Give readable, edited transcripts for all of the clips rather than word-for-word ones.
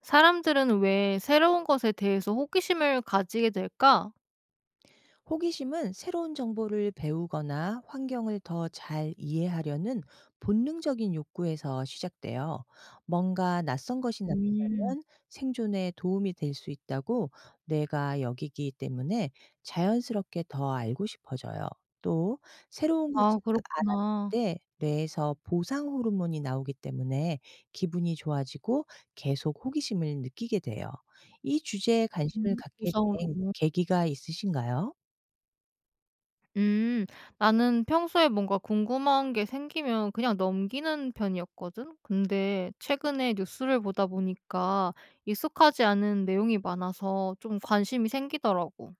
사람들은 왜 새로운 것에 대해서 호기심을 가지게 될까? 호기심은 새로운 정보를 배우거나 환경을 더 잘 이해하려는 본능적인 욕구에서 시작돼요. 뭔가 낯선 것이 음. 나타나면 생존에 도움이 될 수 있다고 뇌가 여기기 때문에 자연스럽게 더 알고 싶어져요. 또 새로운 것을 아 알아낼 그렇구나. 때 뇌에서 보상 호르몬이 나오기 때문에 기분이 좋아지고 계속 호기심을 느끼게 돼요. 이 주제에 관심을 음. 갖게 상으된 로 계기가 있으신가요? 음. 나는 평소에 뭔가 궁금한 게 생기면 그냥 넘기는 편이었거든. 근데 최근에 뉴스를 보다 보니까 익숙하지 않은 내용이 많아서 좀 관심이 생기더라고.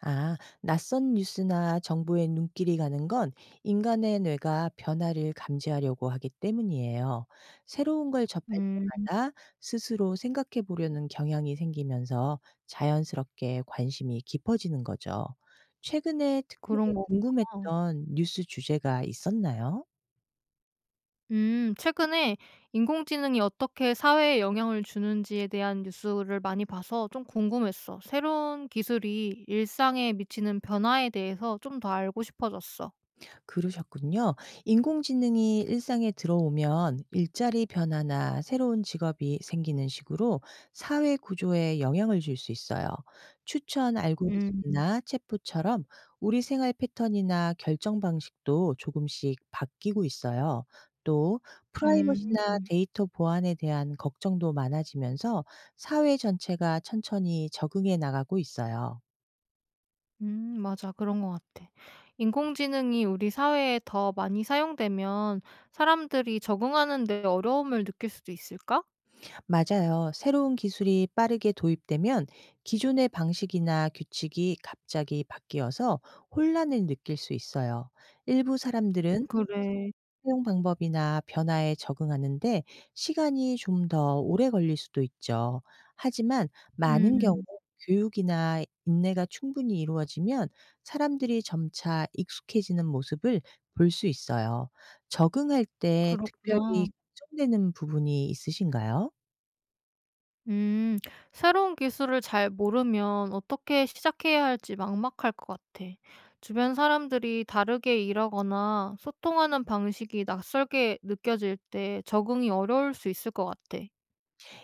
아, 낯선 뉴스나 정보에 눈길이 가는 건 인간의 뇌가 변화를 감지하려고 하기 때문이에요. 새로운 걸 접할 음. 때마다 스스로 생각해 보려는 경향이 생기면서 자연스럽게 관심이 깊어지는 거죠. 최근에 그런 특별히 거구나. 궁금했던 뉴스 주제가 있었나요? 최근에 인공지능이 어떻게 사회에 영향을 주는지에 대한 뉴스를 많이 봐서 좀 궁금했어. 새로운 기술이 일상에 미치는 변화에 대해서 좀 더 알고 싶어졌어. 그러셨군요. 인공지능이 일상에 들어오면 일자리 변화나 새로운 직업이 생기는 식으로 사회 구조에 영향을 줄 수 있어요. 추천 음, 알고리즘이나 챗봇처럼 우리 생활 패턴이나 결정 방식도 조금씩 바뀌고 있어요. 또 음, 프라이버시나 데이터 보안에 대한 걱정도 많아지면서 사회 전체가 천천히 적응해 나가고 있어요. 맞아. 그런 것 같아. 인공지능이 우리 사회에 더 많이 사용되면 사람들이 적응하는 데 어려움을 느낄 수도 있을까? 맞아요. 새로운 기술이 빠르게 도입되면 기존의 방식이나 규칙이 갑자기 바뀌어서 혼란을 느낄 수 있어요. 일부 사람들은 그래. 사용 방법이나 변화에 적응하는데 시간이 좀 더 오래 걸릴 수도 있죠. 하지만 많은 경우 음, 교육이나 인내가 충분히 이루어지면 사람들이 점차 익숙해지는 모습을 볼 수 있어요. 적응할 때 그렇구나. 특별히 걱정되는 부분이 있으신가요? 음, 새로운 기술을 잘 모르면 어떻게 시작해야 할지 막막할 것 같아. 주변 사람들이 다르게 일하거나 소통하는 방식이 낯설게 느껴질 때 적응이 어려울 수 있을 것 같아.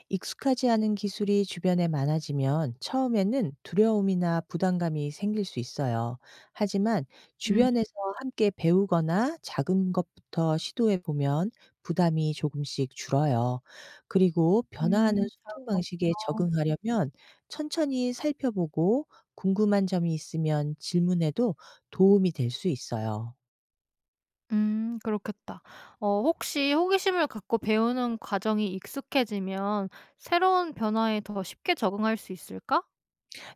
익숙하지 않은 기술이 주변에 많아지면 처음에는 두려움이나 부담감이 생길 수 있어요. 하지만 음, 주변에서 함께 배우거나 작은 것부터 시도해 보면 부담이 조금씩 줄어요. 그리고 변화하는 음, 소통 잘먹 방식에 적응하려면 천천히 살펴보고 궁금한 점이 있으면 질문해도 도움이 될 수 있어요. 그렇겠다. 혹시 호기심을 갖고 배우는 과정이 익숙해지면 새로운 변화에 더 쉽게 적응할 수 있을까?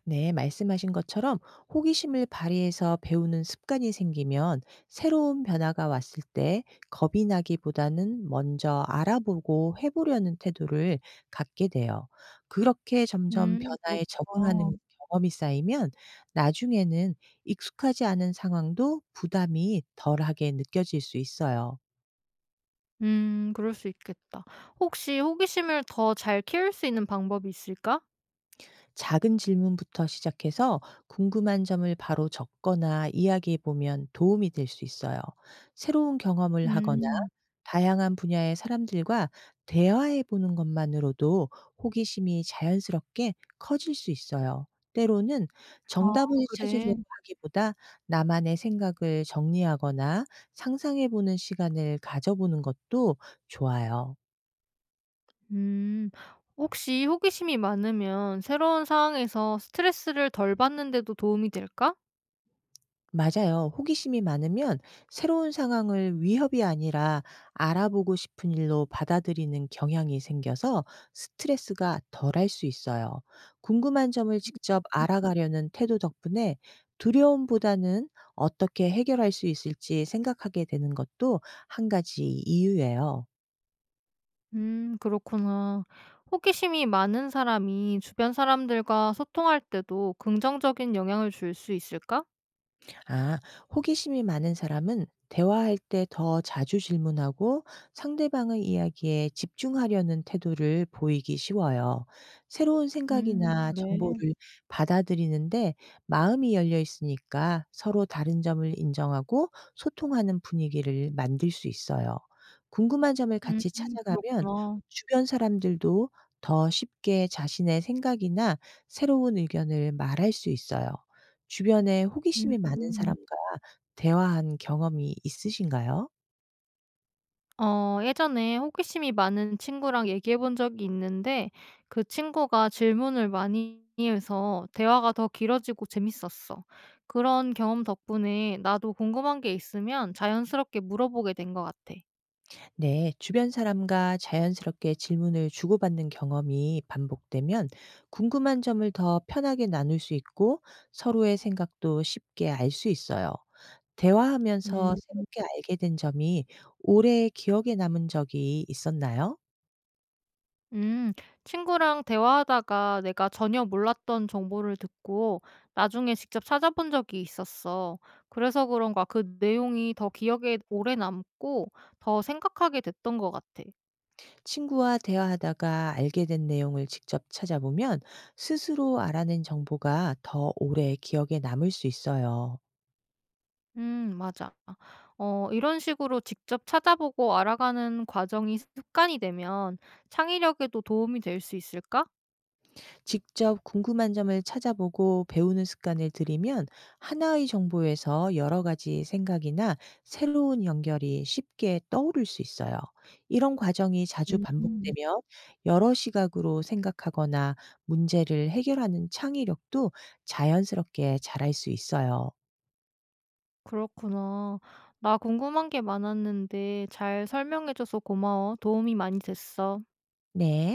네, 말씀하신 것처럼 호기심을 발휘해서 배우는 습관이 생기면 새로운 변화가 왔을 때 겁이 나기보다는 먼저 알아보고 해보려는 태도를 갖게 돼요. 그렇게 점점 변화에 적응하는 그렇구나. 경험이 쌓이면 나중에는 익숙하지 않은 상황도 부담이 덜하게 느껴질 수 있어요. 그럴 수 있겠다. 혹시 호기심을 더 잘 키울 수 있는 방법이 있을까? 작은 질문부터 시작해서 궁금한 점을 바로 적거나 이야기해 보면 도움이 될 수 있어요. 새로운 경험을 하거나 음. 다양한 분야의 사람들과 대화해 보는 것만으로도 호기심이 자연스럽게 커질 수 있어요. 때로는 아 정답을 그래? 찾으려고 하기보다 나만의 생각을 정리하거나 상상해 보는 시간을 가져보는 것도 좋아요. 음. 혹시 호기심이 많으면 새로운 상황에서 스트레스를 덜 받는 데도 도움이 될까? 맞아요. 호기심이 많으면 새로운 상황을 위협이 아니라 알아보고 싶은 일로 받아들이는 경향이 생겨서 스트레스가 덜할 수 있어요. 궁금한 점을 직접 음. 알아가려는 태도 덕분에 두려움보다는 어떻게 해결할 수 있을지 생각하게 되는 것도 한 가지 이유예요. 그렇구나. 호기심이 많은 사람이 주변 사람들과 소통할 때도 긍정적인 영향을 줄 수 있을까? 아, 호기심이 많은 사람은 대화할 때 더 자주 질문하고 상대방의 이야기에 집중하려는 태도를 보이기 쉬워요. 새로운 생각이나 그래. 정보를 받아들이는데 마음이 열려 있으니까 서로 다른 점을 인정하고 소통하는 분위기를 만들 수 있어요. 궁금한 점을 음 같이 찾아가면 그렇구나. 주변 사람들도 더 쉽게 자신의 생각이나 새로운 의견을 말할 수 있어요. 주변에 호기심이 많은 음. 사람과 대화한 경험이 있으신가요? 예전에 호기심이 많은 친구랑 얘기해 본 적이 있는데 그 친구가 질문을 많이 해서 대화가 더 길어지고 재밌었어. 그런 경험 덕분에 나도 궁금한 게 있으면 자연스럽게 물어보게 된 것 같아. 네, 주변 사람과 자연스럽게 질문을 주고받는 경험이 반복되면 궁금한 점을 더 편하게 나눌 수 있고 서로의 생각도 쉽게 알 수 있어요. 대화하면서 음, 새롭게 알게 된 점이 오래 기억에 남은 적이 있었나요? 음, 친구랑 대화하다가 내가 전혀 몰랐던 정보를 듣고 나중에 직접 찾아본 적이 있었어. 그래서 그런가 그 내용이 더 기억에 오래 남고 더 생각하게 됐던 것 같아. 친구와 대화하다가 알게 된 내용을 직접 찾아보면 스스로 알아낸 정보가 더 오래 기억에 남을 수 있어요. 맞아. 이런 식으로 직접 찾아보고 알아가는 과정이 습관이 되면 창의력에도 도움이 될 수 있을까? 직접 궁금한 점을 찾아보고 배우는 습관을 들이면 하나의 정보에서 여러 가지 생각이나 새로운 연결이 쉽게 떠오를 수 있어요. 이런 과정이 자주 음 음. 반복되면 여러 시각으로 생각하거나 문제를 해결하는 창의력도 자연스럽게 자랄 수 있어요. 그렇구나. 나 궁금한 게 많았는데 잘 설명해 줘서 고마워. 도움이 많이 됐어. 네.